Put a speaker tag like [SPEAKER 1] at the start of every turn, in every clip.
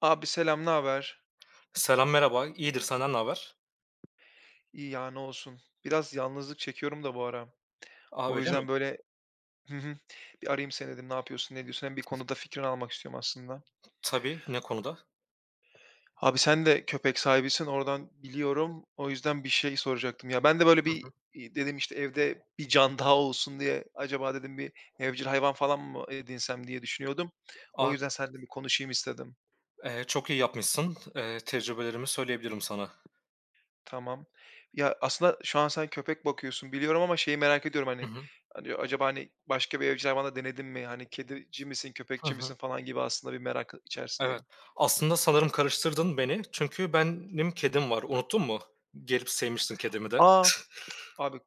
[SPEAKER 1] Abi selam, ne haber?
[SPEAKER 2] Selam, merhaba. İyidir, senden ne haber?
[SPEAKER 1] İyi ya, ne olsun. Biraz yalnızlık çekiyorum da bu ara.
[SPEAKER 2] A,
[SPEAKER 1] O
[SPEAKER 2] öyle mi?
[SPEAKER 1] yüzden böyle hı hı, bir arayayım seni dedim. Ne yapıyorsun, ne diyorsun? Hem bir konuda fikrini almak istiyorum aslında.
[SPEAKER 2] Tabii, ne konuda?
[SPEAKER 1] Abi sen de köpek sahibisin, oradan biliyorum. O yüzden bir şey soracaktım. Ya ben de böyle
[SPEAKER 2] Hı
[SPEAKER 1] bir
[SPEAKER 2] hı.
[SPEAKER 1] dedim işte evde bir can daha olsun diye acaba dedim bir evcil hayvan falan mı edinsem diye düşünüyordum. O
[SPEAKER 2] A,
[SPEAKER 1] yüzden seninle bir konuşayım istedim.
[SPEAKER 2] çok iyi yapmışsın. Tecrübelerimi söyleyebilirim sana.
[SPEAKER 1] Tamam. Ya, aslında şu an sen köpek bakıyorsun biliyorum ama şeyi merak ediyorum,
[SPEAKER 2] Hı
[SPEAKER 1] hani,
[SPEAKER 2] hı.
[SPEAKER 1] hani, acaba, hani, başka bir evcil hayvan denedin mi? Hani, kedici misin,
[SPEAKER 2] Hı
[SPEAKER 1] köpekçi
[SPEAKER 2] hı.
[SPEAKER 1] misin falan gibi aslında bir merak
[SPEAKER 2] Evet.
[SPEAKER 1] içerisindeyim.
[SPEAKER 2] Aslında sanırım karıştırdın beni. Çünkü benim kedim var, unuttun mu? Gelip sevmiştin kedimi de.
[SPEAKER 1] A! Abi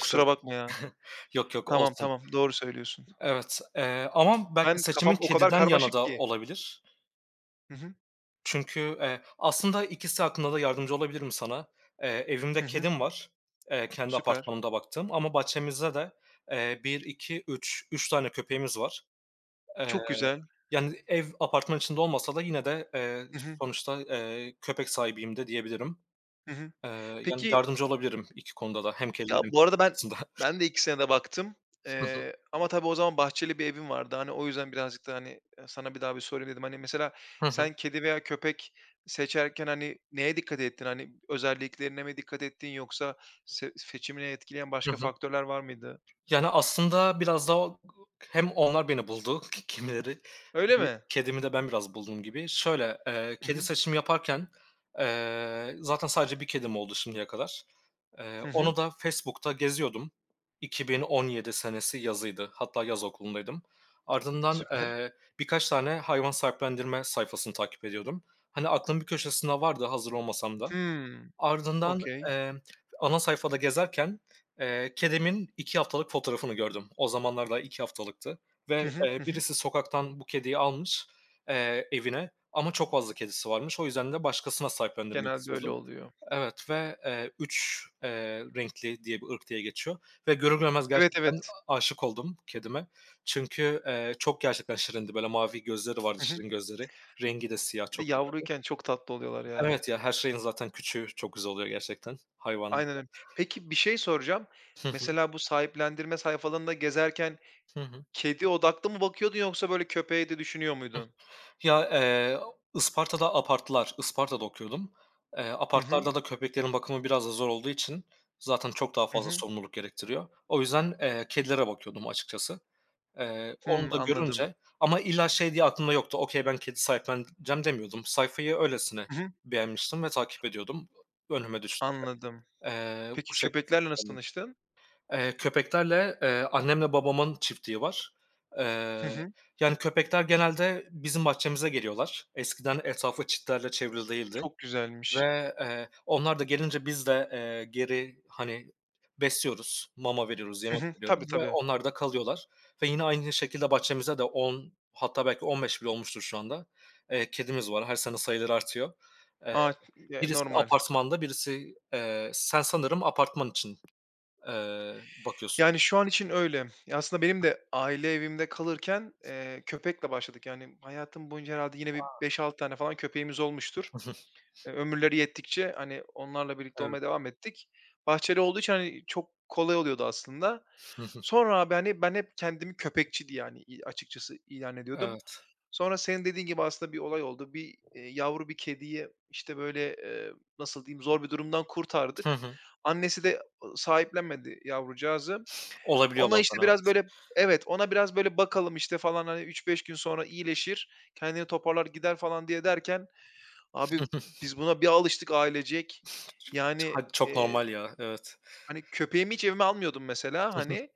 [SPEAKER 1] kusura bakma ya.
[SPEAKER 2] Yok, yok,
[SPEAKER 1] Tamam,
[SPEAKER 2] olsun.
[SPEAKER 1] tamam, doğru söylüyorsun.
[SPEAKER 2] Evet, ama belki
[SPEAKER 1] Ben
[SPEAKER 2] seçimin
[SPEAKER 1] kafam o kadar
[SPEAKER 2] kediden yana
[SPEAKER 1] karmaşık
[SPEAKER 2] da
[SPEAKER 1] ki.
[SPEAKER 2] olabilir.
[SPEAKER 1] Hı hı.
[SPEAKER 2] Çünkü, aslında ikisi hakkında da yardımcı olabilirim sana.
[SPEAKER 1] Hı
[SPEAKER 2] Evimde
[SPEAKER 1] hı.
[SPEAKER 2] kedim var, kendi
[SPEAKER 1] Süper.
[SPEAKER 2] apartmanımda baktığım ama bahçemizde de, 1, 2, 3 tane köpeğimiz var. Eee,
[SPEAKER 1] Çok güzel.
[SPEAKER 2] Yani, ev apartman içinde olmasa da yine de,
[SPEAKER 1] Hı hı.
[SPEAKER 2] sonuçta, köpek sahibiyim de diyebilirim.
[SPEAKER 1] Hı hı.
[SPEAKER 2] Eee, Yani,
[SPEAKER 1] Peki.
[SPEAKER 2] yardımcı olabilirim 2 konuda da hem kediler
[SPEAKER 1] Ya,
[SPEAKER 2] hem
[SPEAKER 1] bu arada
[SPEAKER 2] köpek
[SPEAKER 1] ben
[SPEAKER 2] konusunda.
[SPEAKER 1] ben de ikisine de baktım, ama tabii o zaman bahçeli bir evim vardı. Hani, o yüzden birazcık da, hani, e, sana bir daha bir sorayım dedim. Hani, mesela
[SPEAKER 2] Hı hı. Hı hı.
[SPEAKER 1] sen kedi veya köpek seçerken, hani, neye dikkat ettin? Hani, özelliklerine mi dikkat ettin yoksa seçimini etkileyen
[SPEAKER 2] Hı
[SPEAKER 1] başka
[SPEAKER 2] hı.
[SPEAKER 1] faktörler var mıydı?
[SPEAKER 2] Yani, aslında biraz daha hem onlar beni buldu ki kimileri.
[SPEAKER 1] Öyle
[SPEAKER 2] Bir
[SPEAKER 1] mi?
[SPEAKER 2] kedimi de ben biraz buldum gibi. Şöyle,
[SPEAKER 1] Hı
[SPEAKER 2] kedi
[SPEAKER 1] hı.
[SPEAKER 2] seçimi yaparken, zaten sadece bir kedim oldu şimdiye kadar.
[SPEAKER 1] Hı hı.
[SPEAKER 2] Onu da Facebook'ta geziyordum. 2017 senesi yazıydı. Hatta yaz okulundaydım. Ardından,
[SPEAKER 1] Süper.
[SPEAKER 2] birkaç tane hayvan sahiplendirme sayfasını takip ediyordum. Hani, aklımın bir köşesinde vardı hazır olmasam da.
[SPEAKER 1] Hımm.
[SPEAKER 2] Ardından,
[SPEAKER 1] Okay.
[SPEAKER 2] emm, ana sayfada gezerken, kedimin 2 haftalık fotoğrafını gördüm. O zamanlar daha 2 haftalıktı
[SPEAKER 1] Hı
[SPEAKER 2] ve,
[SPEAKER 1] hı. Hı hı.
[SPEAKER 2] birisi sokaktan bu kediyi almış, evine ama çok fazla kedisi varmış. O yüzden de başkasına sahiplendirmek
[SPEAKER 1] Genelde öyle
[SPEAKER 2] istiyordu.
[SPEAKER 1] oluyor.
[SPEAKER 2] Evet ve, 3, renkli diye bir ırk diye geçiyor ve görür görmez
[SPEAKER 1] Evet,
[SPEAKER 2] gerçekten
[SPEAKER 1] evet.
[SPEAKER 2] aşık oldum kedime. Çünkü, çok gerçekten şirindi. Böyle mavi gözleri vardı,
[SPEAKER 1] Hı hı.
[SPEAKER 2] şirin gözleri. Rengi de siyah
[SPEAKER 1] Bir de
[SPEAKER 2] çok güzeldi.
[SPEAKER 1] yavruyken çok tatlı oluyorlar ya.
[SPEAKER 2] Evet ya, her şeyin zaten küçüğü çok güzel oluyor gerçekten
[SPEAKER 1] Aynen
[SPEAKER 2] hayvanlarda.
[SPEAKER 1] öyle. Peki bir şey soracağım.
[SPEAKER 2] Hı hı.
[SPEAKER 1] Mesela bu sahiplendirme sayfalarında gezerken
[SPEAKER 2] Hı hı.
[SPEAKER 1] kedi odaklı mı bakıyordun yoksa böyle köpeği de düşünüyor muydun?
[SPEAKER 2] Ya, Isparta'da Apartlar, Isparta'da okuyordum.
[SPEAKER 1] Hı hı.
[SPEAKER 2] Apartlarda da köpeklerin bakımı biraz da zor olduğu için zaten çok daha
[SPEAKER 1] Hı
[SPEAKER 2] fazla
[SPEAKER 1] hı.
[SPEAKER 2] sorumluluk gerektiriyor. O yüzden, kedilere bakıyordum açıkçası. Onu
[SPEAKER 1] Hımm,
[SPEAKER 2] da
[SPEAKER 1] anladım.
[SPEAKER 2] görünce ama illa şey diye aklımda yoktu, "Okay, ben kedi sahipleneceğim." demiyordum. Sayfayı öylesine
[SPEAKER 1] Hı hı.
[SPEAKER 2] beğenmiştim ve takip ediyordum önüme düştükçe.
[SPEAKER 1] Anladım.
[SPEAKER 2] Bu
[SPEAKER 1] Peki
[SPEAKER 2] şekilde
[SPEAKER 1] köpeklerle nasıl
[SPEAKER 2] sahiplendim.
[SPEAKER 1] tanıştın?
[SPEAKER 2] Köpeklerle, annemle babamın çiftliği var. Eee,
[SPEAKER 1] Hı hı.
[SPEAKER 2] Yani, köpekler genelde bizim bahçemize geliyorlar. Eskiden etrafı çitlerle çevrili değildi
[SPEAKER 1] Çok güzelmiş.
[SPEAKER 2] ve, onlar da gelince biz de, geri, hani, besliyoruz, mama veriyoruz,
[SPEAKER 1] Hı
[SPEAKER 2] yemek
[SPEAKER 1] hı.
[SPEAKER 2] veriyoruz
[SPEAKER 1] Tabii,
[SPEAKER 2] ve
[SPEAKER 1] tabii.
[SPEAKER 2] onlar da kalıyorlar ve yine aynı şekilde bahçemize de 10 hatta belki 15 bile olmuştur şu anda, kedimiz var. Her sene sayıları artıyor. Eee,
[SPEAKER 1] A, ya,
[SPEAKER 2] Birisi
[SPEAKER 1] normal.
[SPEAKER 2] apartmanda, birisi, sen sanırım apartman için, bakıyorsun.
[SPEAKER 1] Yani şu an için öyle. Ya, aslında benim de aile evimde kalırken, köpekle başladık. Yani hayatım boyunca herhâlde yine bir beş 6 tane falan köpeğimiz olmuştur. Ömürleri yettikçe, hani, onlarla birlikte
[SPEAKER 2] Evet.
[SPEAKER 1] olmaya devam ettik. Bahçeli olduğu için, hani, çok kolay oluyordu aslında.
[SPEAKER 2] Hı hı.
[SPEAKER 1] Sonra abi, hani, ben hep kendimi köpekçi diye, hani, i açıkçası ilan ediyordum.
[SPEAKER 2] Evet.
[SPEAKER 1] Sonra senin dediğin gibi aslında bir olay oldu. Bir, yavru bir kediyi, işte, böyle, nasıl diyeyim, zor bir durumdan
[SPEAKER 2] Hı
[SPEAKER 1] kurtardık.
[SPEAKER 2] hı.
[SPEAKER 1] Annesi de, sahiplenmedi yavrucağızı.
[SPEAKER 2] Olabiliyor
[SPEAKER 1] Ona, işte,
[SPEAKER 2] bazen,
[SPEAKER 1] biraz
[SPEAKER 2] evet.
[SPEAKER 1] böyle. Evet, ona biraz böyle bakalım, işte, falan, hani, üç beş gün sonra iyileşir, kendini toparlar gider falan diye derken abi
[SPEAKER 2] Hı hı.
[SPEAKER 1] biz buna bir alıştık ailecek. Yani,
[SPEAKER 2] Ha, çok normal ya, evet.
[SPEAKER 1] hani, köpeğimi hiç evime almıyordum mesela,
[SPEAKER 2] Hı hı.
[SPEAKER 1] hani,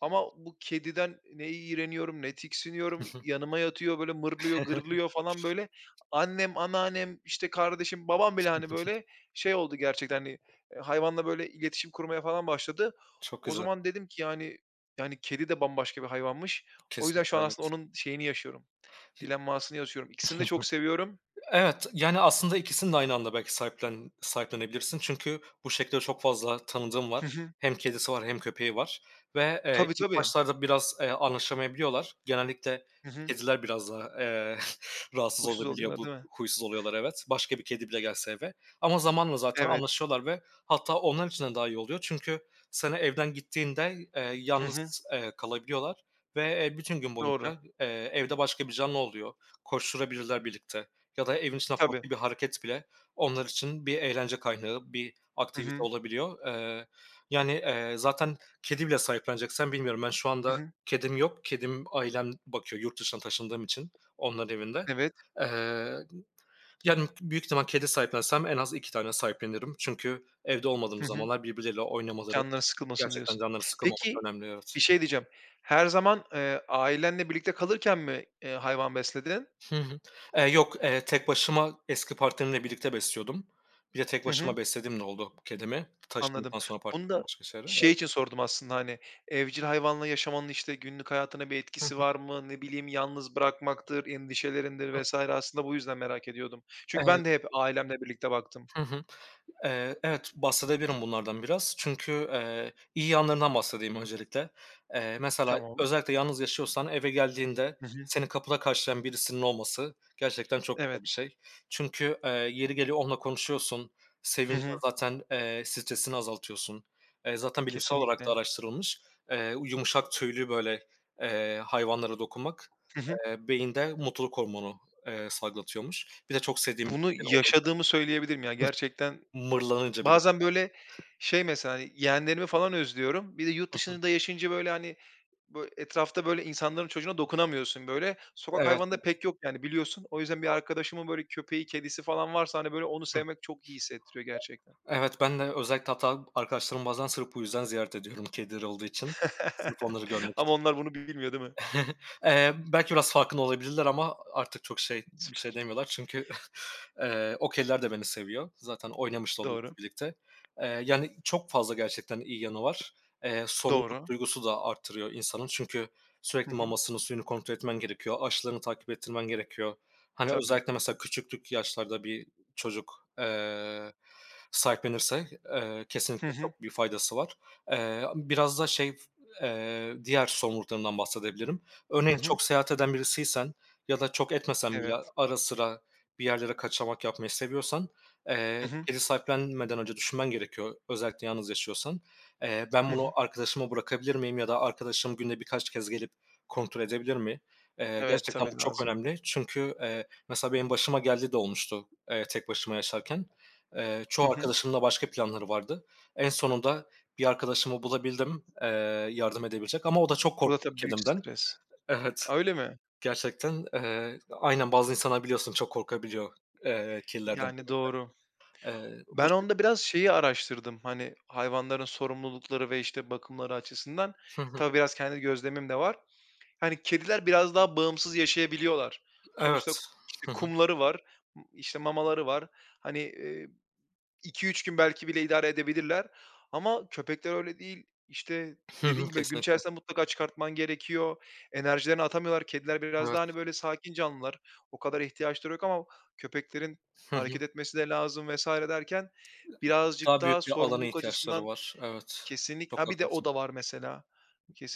[SPEAKER 1] ama bu kediden ne iğreniyorum, ne
[SPEAKER 2] Hı
[SPEAKER 1] tiksiniyorum.
[SPEAKER 2] hı.
[SPEAKER 1] Yanıma yatıyor, böyle mırlıyor, gırlıyor falan böyle. Annem, anneannem, işte, kardeşim, babam bile, hani, böyle şey oldu gerçekten, hani, hayvanla böyle iletişim kurmaya falan başladı.
[SPEAKER 2] Çok
[SPEAKER 1] O
[SPEAKER 2] güzel.
[SPEAKER 1] zaman dedim ki, yani, yani, kedi de bambaşka bir hayvanmış. O yüzden şu
[SPEAKER 2] Kesinlikle.
[SPEAKER 1] an aslında onun şeyini yaşıyorum, dilenmasını yaşıyorum. İkisini de çok seviyorum.
[SPEAKER 2] Evet, yani, aslında ikisini de aynı anda belki sahiplenebilirsin. Çünkü bu şekilde çok fazla tanıdığım var.
[SPEAKER 1] Hı hı.
[SPEAKER 2] Hem kedisi var hem köpeği var ve,
[SPEAKER 1] Tabii,
[SPEAKER 2] ilk
[SPEAKER 1] tabii.
[SPEAKER 2] başlarda biraz, anlaşamayabiliyorlar. Genellikle
[SPEAKER 1] Hı hı.
[SPEAKER 2] kediler biraz daha, rahatsız
[SPEAKER 1] Huysuz
[SPEAKER 2] olabiliyor.
[SPEAKER 1] oluyorlar
[SPEAKER 2] Bu
[SPEAKER 1] değil mi?
[SPEAKER 2] huysuz oluyorlar, evet. Başka bir kedi bile gelse eve ama zamanla zaten
[SPEAKER 1] Evet.
[SPEAKER 2] anlaşıyorlar ve hatta onlar için de daha iyi oluyor. Çünkü sana evden gittiğinde,
[SPEAKER 1] Hı hı.
[SPEAKER 2] yalnız, kalabiliyorlar ve, bütün gün
[SPEAKER 1] Doğru.
[SPEAKER 2] boyunca, evde başka bir canlı oluyor. Koşturabilirler birlikte. Ya da evin içinden
[SPEAKER 1] Tabii.
[SPEAKER 2] farklı bir hareket bile onlar için bir eğlence kaynağı, bir
[SPEAKER 1] Hı
[SPEAKER 2] aktivite
[SPEAKER 1] hı.
[SPEAKER 2] olabiliyor. Yani, zaten kedi bile sahipleneceksen bilmiyorum. Ben şu
[SPEAKER 1] Hı
[SPEAKER 2] anda
[SPEAKER 1] hı.
[SPEAKER 2] kedim yok. Kedim ailem bakıyor yurt dışına taşındığım için onların evinde.
[SPEAKER 1] Evet.
[SPEAKER 2] Eee, Yani, büyük ihtimal kedi sahiplensem en az 2 tane sahiplenirim. Çünkü evde olmadığım
[SPEAKER 1] Hı hı.
[SPEAKER 2] zamanlar birbirleriyle oynamaları,
[SPEAKER 1] Canları sıkılmasın
[SPEAKER 2] gerçekten
[SPEAKER 1] diyorsun.
[SPEAKER 2] canları sıkılmaması
[SPEAKER 1] Peki,
[SPEAKER 2] önemli, evet.
[SPEAKER 1] bir şey diyeceğim. Her zaman, ailenle birlikte kalırken mi, hayvan besledin?
[SPEAKER 2] Hı hı. Yok, tek başıma eski partnerimle birlikte besliyordum. Bir de tek
[SPEAKER 1] Hı
[SPEAKER 2] başıma
[SPEAKER 1] hı.
[SPEAKER 2] beslediğim de oldu kedimi.
[SPEAKER 1] Anladım.
[SPEAKER 2] Taşındıktan sonra
[SPEAKER 1] Bunu
[SPEAKER 2] partnerim
[SPEAKER 1] da
[SPEAKER 2] başka şehre.
[SPEAKER 1] şey için sordum aslında, hani, evcil hayvanla yaşamanın, işte, günlük hayatına bir
[SPEAKER 2] Hı
[SPEAKER 1] etkisi
[SPEAKER 2] hı.
[SPEAKER 1] var mı? Ne bileyim, yalnız bırakmaktır, endişelerindir vs. aslında bu yüzden merak ediyordum. Çünkü
[SPEAKER 2] Evet.
[SPEAKER 1] ben de hep ailemle birlikte baktım.
[SPEAKER 2] Hı hı. Evet, bahsedebilirim bunlardan biraz. Çünkü, iyi yanlarından bahsedeyim öncelikle. Mesela
[SPEAKER 1] Tamam.
[SPEAKER 2] özellikle yalnız yaşıyorsan eve geldiğinde
[SPEAKER 1] Hı hı.
[SPEAKER 2] seni kapıda karşılayan birisinin olması gerçekten çok güzel bir
[SPEAKER 1] Evet.
[SPEAKER 2] şey. Çünkü, yeri geliyor onunla konuşuyorsun,
[SPEAKER 1] Hı
[SPEAKER 2] sevince
[SPEAKER 1] hı.
[SPEAKER 2] zaten, stresini azaltıyorsun. Zaten bilimsel olarak da
[SPEAKER 1] Kesinlikle.
[SPEAKER 2] araştırılmış, yumuşak tüylü, böyle, hayvanlara dokunmak,
[SPEAKER 1] Hı hı.
[SPEAKER 2] beyinde mutluluk hormonu, salgılatıyormuş. Bir de çok sevdiğim bir
[SPEAKER 1] Bunu
[SPEAKER 2] kedin olun
[SPEAKER 1] yaşadığımı söyleyebilirim ya gerçekten.
[SPEAKER 2] mırlanınca bile
[SPEAKER 1] Bazen, böyle, şey mesela, hani, yeğenlerimi falan özlüyorum. Bir de yurt dışında yaşayınca, böyle, hani, etrafta, böyle, insanların çocuğuna dokunamıyorsun, böyle. Sokak
[SPEAKER 2] Evet,
[SPEAKER 1] hayvanı da
[SPEAKER 2] evet,
[SPEAKER 1] pek yok yani biliyorsun. O yüzden bir
[SPEAKER 2] doğru.
[SPEAKER 1] arkadaşımın, böyle, köpeği, kedisi falan varsa, hani, böyle, onu
[SPEAKER 2] Hı.
[SPEAKER 1] sevmek çok iyi hissettiriyor gerçekten.
[SPEAKER 2] Evet, ben de özellikle hatta arkadaşlarım bazen sırf bu yüzden ziyaret ediyorum kedileri olduğu için. Sırf onları görmek
[SPEAKER 1] Ama
[SPEAKER 2] için.
[SPEAKER 1] onlar bunu bilmiyor değil mi?
[SPEAKER 2] Belki biraz farkında olabilirler ama artık çok şey bir şey
[SPEAKER 1] Süper.
[SPEAKER 2] demiyorlar çünkü, okey'ler de beni seviyor. Zaten oynamış da
[SPEAKER 1] Doğru.
[SPEAKER 2] oluyoruz birlikte. Yani çok fazla gerçekten iyi yanı var. Sorumluluk
[SPEAKER 1] Doğru.
[SPEAKER 2] duygusu da artırıyor insanın çünkü
[SPEAKER 1] Hı
[SPEAKER 2] sürekli
[SPEAKER 1] hı.
[SPEAKER 2] mamasını, suyunu kontrol etmen gerekiyor, aşılarını takip ettirmen gerekiyor. Hani,
[SPEAKER 1] Tabii.
[SPEAKER 2] özellikle mesela küçüklük yaşlarda bir çocuk, sahiplenirse,
[SPEAKER 1] Hı
[SPEAKER 2] kesinlikle
[SPEAKER 1] hı.
[SPEAKER 2] çok bir faydası var. Biraz da şey, diğer sorumluluklarımdan bahsedebilirim.
[SPEAKER 1] Hı
[SPEAKER 2] Örneğin
[SPEAKER 1] hı.
[SPEAKER 2] çok seyahat eden birisiysen ya da çok etmesen bile
[SPEAKER 1] Evet.
[SPEAKER 2] ara sıra bir yerlere kaçamak yapmayı seviyorsan,
[SPEAKER 1] Hı hı.
[SPEAKER 2] kedi sahiplenmeden önce düşünmen gerekiyor, özellikle yalnız yaşıyorsan. "Ben
[SPEAKER 1] Hı
[SPEAKER 2] bunu
[SPEAKER 1] hı.
[SPEAKER 2] arkadaşıma bırakabilir miyim?" ya da "Arkadaşım günde birkaç kez gelip kontrol edebilir mi?"
[SPEAKER 1] Evet,
[SPEAKER 2] Gerçekten bu
[SPEAKER 1] tabii
[SPEAKER 2] çok
[SPEAKER 1] lazım.
[SPEAKER 2] önemli. Çünkü, mesela benim başıma geldiği de olmuştu, tek başıma yaşarken.
[SPEAKER 1] Hı
[SPEAKER 2] Çoğu
[SPEAKER 1] hı.
[SPEAKER 2] arkadaşımın da başka planları vardı. En sonunda bir arkadaşımı bulabildim, yardım edebilecek ama o da çok
[SPEAKER 1] Bu da
[SPEAKER 2] korkuyordu
[SPEAKER 1] tabii büyük
[SPEAKER 2] kedimden.
[SPEAKER 1] stres.
[SPEAKER 2] Evet,
[SPEAKER 1] Öyle mi?
[SPEAKER 2] gerçekten, aynen bazı insanlar biliyorsun çok korkabiliyor, kirlerden,
[SPEAKER 1] Yani
[SPEAKER 2] köpekten.
[SPEAKER 1] doğru.
[SPEAKER 2] Bu
[SPEAKER 1] Ben
[SPEAKER 2] şekil
[SPEAKER 1] onda biraz şeyi araştırdım, hani, hayvanların sorumlulukları ve, işte, bakımları açısından.
[SPEAKER 2] Hı hı.
[SPEAKER 1] Tabii biraz kendi gözlemim de var. Hani, kediler biraz daha bağımsız yaşayabiliyorlar. Sonuçta,
[SPEAKER 2] Evet.
[SPEAKER 1] işte,
[SPEAKER 2] Hı hı.
[SPEAKER 1] kumları var, işte, mamaları var. Hani, 2 üç gün belki bile idare edebilirler ama köpekler öyle değil. İşte,
[SPEAKER 2] Hı
[SPEAKER 1] dediğin
[SPEAKER 2] hı,
[SPEAKER 1] gibi gün
[SPEAKER 2] kesinlikle.
[SPEAKER 1] içerisinde mutlaka çıkartman gerekiyor. Enerjilerini atamıyorlar. Kediler biraz
[SPEAKER 2] Evet.
[SPEAKER 1] daha, hani, böyle sakin canlılar. O kadar ihtiyaçları yok ama köpeklerin
[SPEAKER 2] Hı hı.
[SPEAKER 1] hareket etmesi de lazım vesaire derken birazcık
[SPEAKER 2] Daha
[SPEAKER 1] daha
[SPEAKER 2] büyük bir alana
[SPEAKER 1] sorumluluk
[SPEAKER 2] ihtiyaçları
[SPEAKER 1] açısından
[SPEAKER 2] var. Evet. Çok
[SPEAKER 1] Ha, bir de o
[SPEAKER 2] haklısın.
[SPEAKER 1] da var mesela.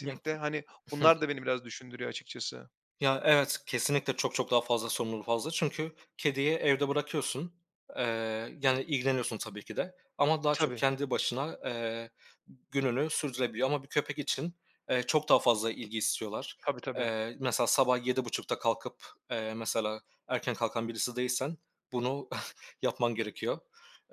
[SPEAKER 2] Ya, hı.
[SPEAKER 1] hani, bunlar da beni biraz düşündürüyor açıkçası.
[SPEAKER 2] Ya, evet, kesinlikle çok çok daha fazla, sorumluluk fazla. Çünkü kediyi evde bırakıyorsun. Yani ilgileniyorsun tabii ki de ama daha çok
[SPEAKER 1] Tabii,
[SPEAKER 2] kendi başına, gününü sürdürebiliyor ama bir köpek için, çok daha fazla ilgi istiyorlar.
[SPEAKER 1] tabii, tabii.
[SPEAKER 2] Mesela sabah 7.30'da kalkıp, mesela erken kalkan birisi değilsen bunu yapman gerekiyor.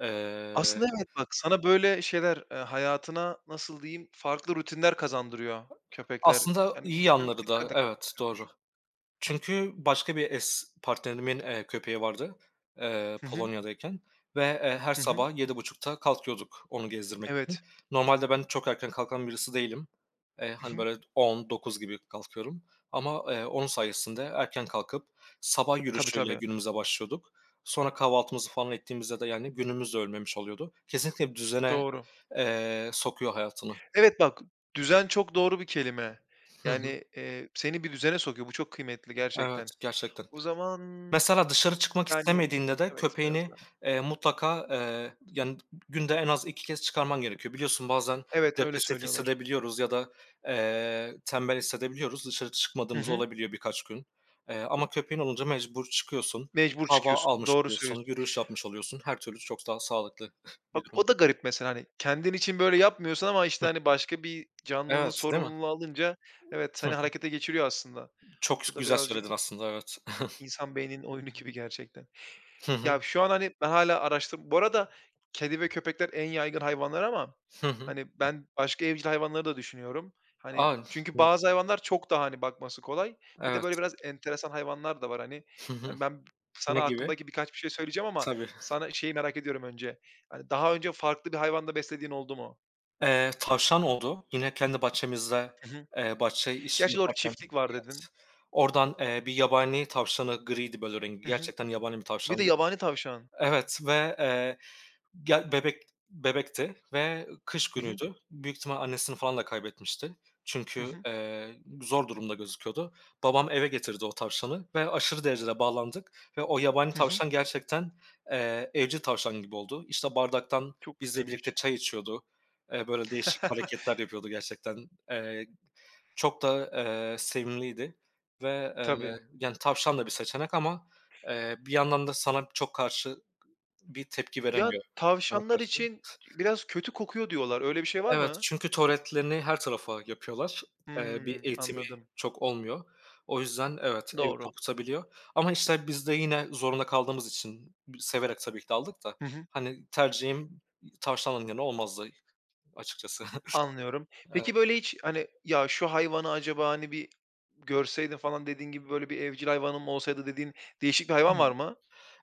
[SPEAKER 2] Eee,
[SPEAKER 1] Aslında evet, bak, sana böyle şeyler, hayatına, nasıl diyeyim, farklı rutinler kazandırıyor köpekler.
[SPEAKER 2] Aslında
[SPEAKER 1] Yani
[SPEAKER 2] iyi
[SPEAKER 1] muhtemelen
[SPEAKER 2] yanları da
[SPEAKER 1] kediler de
[SPEAKER 2] evet, doğru. Çünkü başka bir partnerimin, köpeği vardı,
[SPEAKER 1] Hı hı.
[SPEAKER 2] Polonya'dayken ve, her
[SPEAKER 1] Hı hı.
[SPEAKER 2] sabah 7.30'da kalkıyorduk onu gezdirmek için.
[SPEAKER 1] Evet.
[SPEAKER 2] Normalde ben çok erken kalkan birisi değilim. Hani,
[SPEAKER 1] Hı hı.
[SPEAKER 2] böyle 19.00 gibi kalkıyorum ama, onun sayesinde erken kalkıp sabah
[SPEAKER 1] Tabii,
[SPEAKER 2] yürüyüşüyle
[SPEAKER 1] tabii.
[SPEAKER 2] günümüze başlıyorduk. Sonra kahvaltımızı falan ettiğimizde de, yani, günümüz de ölmemiş oluyordu. Kesinlikle bir düzene,
[SPEAKER 1] Doğru.
[SPEAKER 2] sokuyor hayatını.
[SPEAKER 1] Evet, bak, düzen çok doğru bir kelime.
[SPEAKER 2] Hı hı.
[SPEAKER 1] Yani, seni bir düzene sokuyor. Bu çok kıymetli
[SPEAKER 2] Evet,
[SPEAKER 1] gerçekten.
[SPEAKER 2] gerçekten.
[SPEAKER 1] O zaman,
[SPEAKER 2] Mesela dışarı çıkmak
[SPEAKER 1] yani,
[SPEAKER 2] istemediğinde de
[SPEAKER 1] evet, biraz
[SPEAKER 2] köpeğini,
[SPEAKER 1] daha.
[SPEAKER 2] mutlaka, yani, günde en az 2 kez çıkarman gerekiyor. Biliyorsun bazen
[SPEAKER 1] Evet, öyle
[SPEAKER 2] depresif
[SPEAKER 1] söylüyorlar.
[SPEAKER 2] hissedebiliyoruz ya da, tembel hissedebiliyoruz. Dışarı
[SPEAKER 1] Hı
[SPEAKER 2] çıkmadığımız
[SPEAKER 1] hı.
[SPEAKER 2] olabiliyor birkaç gün. Ama köpeğin olunca mecbur çıkıyorsun.
[SPEAKER 1] Mecbur
[SPEAKER 2] Hava
[SPEAKER 1] çıkıyorsun.
[SPEAKER 2] almış
[SPEAKER 1] Doğru
[SPEAKER 2] oluyorsun,
[SPEAKER 1] söylüyorsun.
[SPEAKER 2] yürüyüş yapmış oluyorsun. Her türlü çok daha sağlıklı
[SPEAKER 1] Bak
[SPEAKER 2] bir durum
[SPEAKER 1] o
[SPEAKER 2] bu.
[SPEAKER 1] da garip mesela, hani, kendin için böyle yapmıyorsun ama, işte, hani, başka bir canlının
[SPEAKER 2] Evet, değil mi?
[SPEAKER 1] sorumluluğunu alınca evet,
[SPEAKER 2] Hı
[SPEAKER 1] seni
[SPEAKER 2] hı.
[SPEAKER 1] harekete geçiriyor aslında.
[SPEAKER 2] Çok
[SPEAKER 1] Bu da
[SPEAKER 2] güzel
[SPEAKER 1] birazcık
[SPEAKER 2] söyledin aslında, evet.
[SPEAKER 1] insan beyninin oyunu gibi gerçekten.
[SPEAKER 2] Hı hı.
[SPEAKER 1] Ya, şu an, hani, ben hala araştır Bu arada kedi ve köpekler en yaygın hayvanlar ama,
[SPEAKER 2] Hı hı.
[SPEAKER 1] hani, ben başka evcil hayvanları da düşünüyorum. Hani,
[SPEAKER 2] A!
[SPEAKER 1] çünkü
[SPEAKER 2] Ne
[SPEAKER 1] bazı hayvanlar çok daha, hani, bakması kolay. Bir de
[SPEAKER 2] evet.
[SPEAKER 1] böyle biraz enteresan hayvanlar da var, hani.
[SPEAKER 2] Hı hı.
[SPEAKER 1] Hani, ben
[SPEAKER 2] Ne
[SPEAKER 1] sana
[SPEAKER 2] gibi?
[SPEAKER 1] aklımdaki birkaç bir şey söyleyeceğim ama
[SPEAKER 2] Tabii.
[SPEAKER 1] sana şeyi merak ediyorum önce. Hani, daha önce farklı bir hayvanda beslediğin oldu mu?
[SPEAKER 2] Tavşan oldu. Yine kendi bahçemizde,
[SPEAKER 1] Hı hı.
[SPEAKER 2] bahçe işi
[SPEAKER 1] Gerçi doğru,
[SPEAKER 2] yaparken
[SPEAKER 1] çiftlik var
[SPEAKER 2] Evet.
[SPEAKER 1] dedin.
[SPEAKER 2] Oradan, bir yabani tavşanı, griydi böyle rengi,
[SPEAKER 1] Hı hı.
[SPEAKER 2] gerçekten yabani bir
[SPEAKER 1] Bir de
[SPEAKER 2] tavşandı.
[SPEAKER 1] yabani tavşan.
[SPEAKER 2] Evet ve, ya, bebekti ve kış
[SPEAKER 1] Hı hı.
[SPEAKER 2] günüydü. Büyük ihtimal annesini falan da kaybetmişti.
[SPEAKER 1] Hı
[SPEAKER 2] Çünkü,
[SPEAKER 1] hı.
[SPEAKER 2] zor durumda gözüküyordu. Babam eve getirdi o tavşanı ve aşırı derecede bağlandık ve o yabani
[SPEAKER 1] Hı hı.
[SPEAKER 2] tavşan gerçekten, evcil tavşan gibi oldu. İşte, bardaktan
[SPEAKER 1] Çok
[SPEAKER 2] bizle birlikte
[SPEAKER 1] güzelmiş.
[SPEAKER 2] çay içiyordu. Böyle değişik hareketler yapıyordu gerçekten. Çok da, sevimliydi ve,
[SPEAKER 1] Tabii.
[SPEAKER 2] yani, tavşan da bir seçenek ama, bir yandan da sana çok karşı bir tepki
[SPEAKER 1] Ya,
[SPEAKER 2] veremiyor sana
[SPEAKER 1] tavşanlar
[SPEAKER 2] karşı.
[SPEAKER 1] için biraz kötü kokuyor diyorlar. Öyle bir şey var
[SPEAKER 2] Evet,
[SPEAKER 1] mı?
[SPEAKER 2] çünkü tuvaletlerini her tarafa yapıyorlar. Bir
[SPEAKER 1] Hımm,
[SPEAKER 2] eğitimi
[SPEAKER 1] anladım.
[SPEAKER 2] çok olmuyor. O yüzden evet, evi
[SPEAKER 1] Doğru.
[SPEAKER 2] kokutabiliyor ama, işte, biz de yine zorunda kaldığımız için severek tabii ki de aldık da,
[SPEAKER 1] Hı hı.
[SPEAKER 2] hani, tercihim tavşanın yanı olmazdı açıkçası.
[SPEAKER 1] Anlıyorum.
[SPEAKER 2] Evet.
[SPEAKER 1] Peki, böyle, hiç, hani, "Ya, şu hayvanı acaba, hani, bir görseydin falan dediğin gibi, böyle, bir evcil hayvanım olsaydı dediğin değişik bir hayvan var mı?"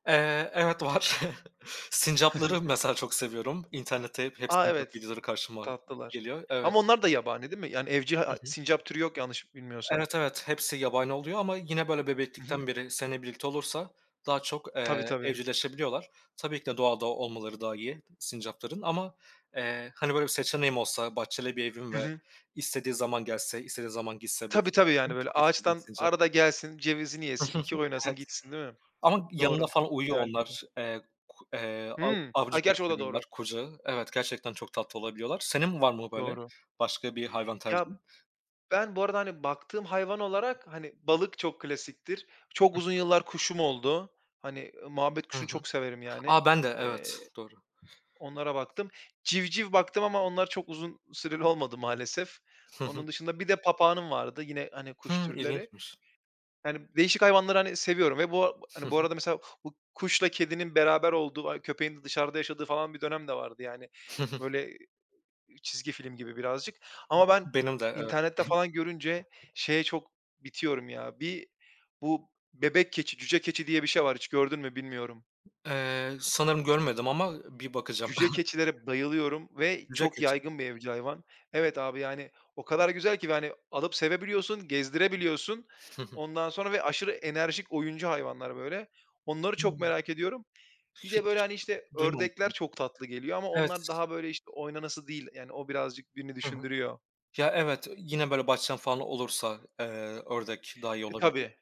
[SPEAKER 2] Evet var. Sincapları mesela çok seviyorum. İnternette hep
[SPEAKER 1] A,
[SPEAKER 2] sincap
[SPEAKER 1] evet,
[SPEAKER 2] videoları karşıma
[SPEAKER 1] tatlılar.
[SPEAKER 2] geliyor. Evet.
[SPEAKER 1] Ama onlar da yabani değil mi? Yani evcil
[SPEAKER 2] Hı
[SPEAKER 1] ha
[SPEAKER 2] hı.
[SPEAKER 1] sincap türü yok yanlış bilmiyorsam.
[SPEAKER 2] Evet, evet, hepsi yabani oluyor ama yine, böyle,
[SPEAKER 1] Hı hı.
[SPEAKER 2] bebeklikten beri seninle birlikte olursa daha çok,
[SPEAKER 1] Tabii, tabii.
[SPEAKER 2] evcilleşebiliyorlar. Tabii ki de doğada olmaları daha iyi sincapların ama, hani, böyle bir seçeneğim olsa bahçeli bir evim
[SPEAKER 1] Hı
[SPEAKER 2] ve
[SPEAKER 1] hı.
[SPEAKER 2] istediği zaman gelse, istediği zaman gitse
[SPEAKER 1] Tabii, tabii, yani,
[SPEAKER 2] besleyebilsem
[SPEAKER 1] böyle,
[SPEAKER 2] çok isterdim
[SPEAKER 1] ağaçtan
[SPEAKER 2] sincap.
[SPEAKER 1] arada gelsin, cevizini yesin, 2 oynasın,
[SPEAKER 2] Evet
[SPEAKER 1] gitsin değil mi?
[SPEAKER 2] ama yanında
[SPEAKER 1] Doğru.
[SPEAKER 2] falan uyuyor
[SPEAKER 1] İdeal gibi.
[SPEAKER 2] onlar. Ku av
[SPEAKER 1] Hımm.
[SPEAKER 2] avcı
[SPEAKER 1] Ay,
[SPEAKER 2] çok
[SPEAKER 1] gerçi o da doğru.
[SPEAKER 2] seviyorlar, kucağı. Evet, gerçekten çok tatlı olabiliyorlar. Senin var mı böyle
[SPEAKER 1] Doğru.
[SPEAKER 2] başka bir hayvan
[SPEAKER 1] Ya,
[SPEAKER 2] tercihin?
[SPEAKER 1] ben bu arada, hani, baktığım hayvan olarak, hani, balık çok klasiktir. Çok uzun yıllar kuşum oldu. Hani, muhabbet
[SPEAKER 2] Hı
[SPEAKER 1] kuşunu
[SPEAKER 2] hı.
[SPEAKER 1] çok severim yani.
[SPEAKER 2] A, ben de evet,
[SPEAKER 1] Eee,
[SPEAKER 2] doğru.
[SPEAKER 1] Onlara baktım. Civciv baktım ama onlar çok uzun süreli olmadı maalesef. Onun dışında bir de papağanım vardı yine, hani, kuş
[SPEAKER 2] Hımm,
[SPEAKER 1] türleri.
[SPEAKER 2] ilginçmiş.
[SPEAKER 1] Yani, değişik hayvanları, hani, seviyorum ve hani, bu arada mesela bu kuşla kedinin beraber olduğu, ay, köpeğin de dışarıda yaşadığı falan bir dönem de vardı yani. Böyle çizgi film gibi birazcık ama ben
[SPEAKER 2] Benim de, evet.
[SPEAKER 1] internette falan görünce şeye çok bitiyorum ya. Bir bu bebek keçi, cüce keçi diye bir şey var. Hiç gördün mü bilmiyorum.
[SPEAKER 2] Sanırım görmedim ama bir bakacağım.
[SPEAKER 1] Cüce keçilere bayılıyorum ve
[SPEAKER 2] Yüzücü
[SPEAKER 1] çok
[SPEAKER 2] keçi.
[SPEAKER 1] yaygın bir evcil hayvan. Evet abi, yani o kadar güzel ki yani alıp sevebiliyorsun, gezdirebiliyorsun.
[SPEAKER 2] Hı hı.
[SPEAKER 1] Ondan sonra ve aşırı enerjik oyuncu hayvanlar böyle. Onları çok
[SPEAKER 2] Hımm.
[SPEAKER 1] merak ediyorum. Bir de böyle,
[SPEAKER 2] Hiç
[SPEAKER 1] hani, işte ördekler
[SPEAKER 2] duymamıştım.
[SPEAKER 1] çok tatlı geliyor ama
[SPEAKER 2] Evet.
[SPEAKER 1] onlar daha böyle, işte, oynanası değil. Yani o birazcık birini
[SPEAKER 2] Hı hı.
[SPEAKER 1] düşündürüyor.
[SPEAKER 2] Ya, evet, yine böyle bahçem falan olursa, ördek daha iyi
[SPEAKER 1] E,
[SPEAKER 2] olabiliyor
[SPEAKER 1] tabii.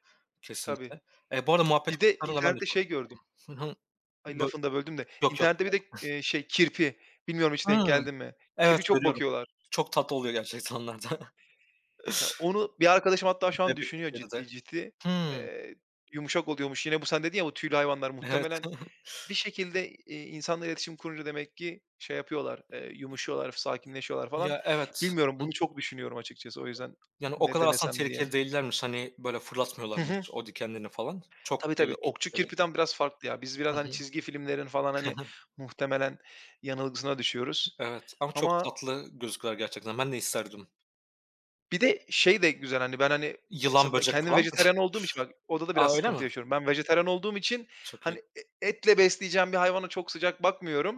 [SPEAKER 1] Tabii.
[SPEAKER 2] kesinlikle. Bu arada muhabbet
[SPEAKER 1] Bir de
[SPEAKER 2] kuşlarını da ben de
[SPEAKER 1] internette
[SPEAKER 2] çok
[SPEAKER 1] şey gördüm.
[SPEAKER 2] severim. Hı hı.
[SPEAKER 1] Ay,
[SPEAKER 2] Bö
[SPEAKER 1] lafını da böldüm de.
[SPEAKER 2] Yok, yok.
[SPEAKER 1] İnternette bir de, şey, kirpi. Bilmiyorum hiç denk
[SPEAKER 2] Hımm.
[SPEAKER 1] geldin mi?
[SPEAKER 2] Evet,
[SPEAKER 1] Kirpi çok
[SPEAKER 2] görüyorum.
[SPEAKER 1] bakıyorlar.
[SPEAKER 2] Çok tatlı oluyor gerçekten onlar da.
[SPEAKER 1] Ya, onu bir arkadaşım hatta şu an düşünüyor
[SPEAKER 2] Bebeklikleri de.
[SPEAKER 1] ciddi ciddi.
[SPEAKER 2] Hımm.
[SPEAKER 1] Eee, Yumuşak oluyormuş. Yine bu sen dedin ya bu tüylü hayvanlar
[SPEAKER 2] Evet.
[SPEAKER 1] muhtemelen bir şekilde, insanla iletişim kurunca demek ki şey yapıyorlar, yumuşuyorlar, sakinleşiyorlar falan.
[SPEAKER 2] Ya, evet.
[SPEAKER 1] Bilmiyorum, bunu çok düşünüyorum açıkçası o yüzden
[SPEAKER 2] Yani, o
[SPEAKER 1] ne
[SPEAKER 2] kadar aslında
[SPEAKER 1] denesem diye.
[SPEAKER 2] tehlikeli değillermiş, hani, böyle
[SPEAKER 1] Hı hı.
[SPEAKER 2] fırlatmıyorlarmış o dikenlerini falan. Çok
[SPEAKER 1] Tabii, tabii. Okçu
[SPEAKER 2] tehlikeli.
[SPEAKER 1] Kirpi'den biraz farklı ya. Biz
[SPEAKER 2] Hı
[SPEAKER 1] biraz, hani,
[SPEAKER 2] hı.
[SPEAKER 1] çizgi filmlerin falan, hani, muhtemelen yanılgısına düşüyoruz.
[SPEAKER 2] Evet ama çok
[SPEAKER 1] Ama
[SPEAKER 2] tatlı gözüküyorlar gerçekten. Ben de isterdim.
[SPEAKER 1] bir de şey de güzel, hani, ben, hani,
[SPEAKER 2] Yılan,
[SPEAKER 1] mesela ben
[SPEAKER 2] böcek
[SPEAKER 1] kendim
[SPEAKER 2] falan.
[SPEAKER 1] vejetaryen olduğum için bak orada da biraz
[SPEAKER 2] A, öyle
[SPEAKER 1] sıkıntı
[SPEAKER 2] mi?
[SPEAKER 1] yaşıyorum. Ben vejetaryen olduğum için,
[SPEAKER 2] Çok iyi.
[SPEAKER 1] hani, etle besleyeceğim bir hayvana çok sıcak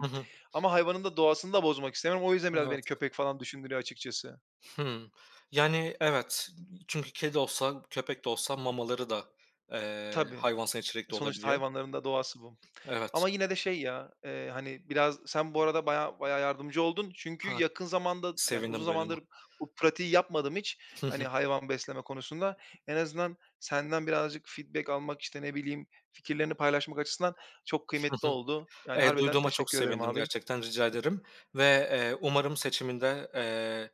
[SPEAKER 2] Hı hı.
[SPEAKER 1] ama hayvanın da doğasını da bozmak istemiyorum. O yüzden biraz beni
[SPEAKER 2] Evet.
[SPEAKER 1] köpek falan düşündürüyor açıkçası.
[SPEAKER 2] Hımm. Yani, evet. Çünkü kedi de olsa, köpek de olsa mamaları da,
[SPEAKER 1] Tabii.
[SPEAKER 2] hayvansal
[SPEAKER 1] E,
[SPEAKER 2] içerikli
[SPEAKER 1] sonuçta
[SPEAKER 2] olabiliyor.
[SPEAKER 1] hayvanların da doğası bu.
[SPEAKER 2] Evet.
[SPEAKER 1] Ama yine de şey ya, hani, biraz sen bu arada bayağı bayağı yardımcı oldun. Çünkü
[SPEAKER 2] Ha,
[SPEAKER 1] yakın zamanda, yani, uzun
[SPEAKER 2] sevindim duyduğuma.
[SPEAKER 1] zamandır bu pratiği yapmadım hiç, hani, hayvan besleme konusunda. En azından senden birazcık feedback almak, işte, ne bileyim, fikirlerini paylaşmak açısından çok kıymetli oldu. Yani, harbiden
[SPEAKER 2] Duyduğuma çok
[SPEAKER 1] teşekkür ederim
[SPEAKER 2] sevindim
[SPEAKER 1] abi.
[SPEAKER 2] gerçekten, rica ederim ve, umarım seçiminde,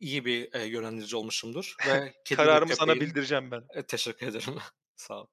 [SPEAKER 2] iyi bir, yönlendirici olmuşumdur ve kedi ve
[SPEAKER 1] Kararımı sana
[SPEAKER 2] köpeğin
[SPEAKER 1] bildireceğim ben.
[SPEAKER 2] Teşekkür ederim. Sağ ol.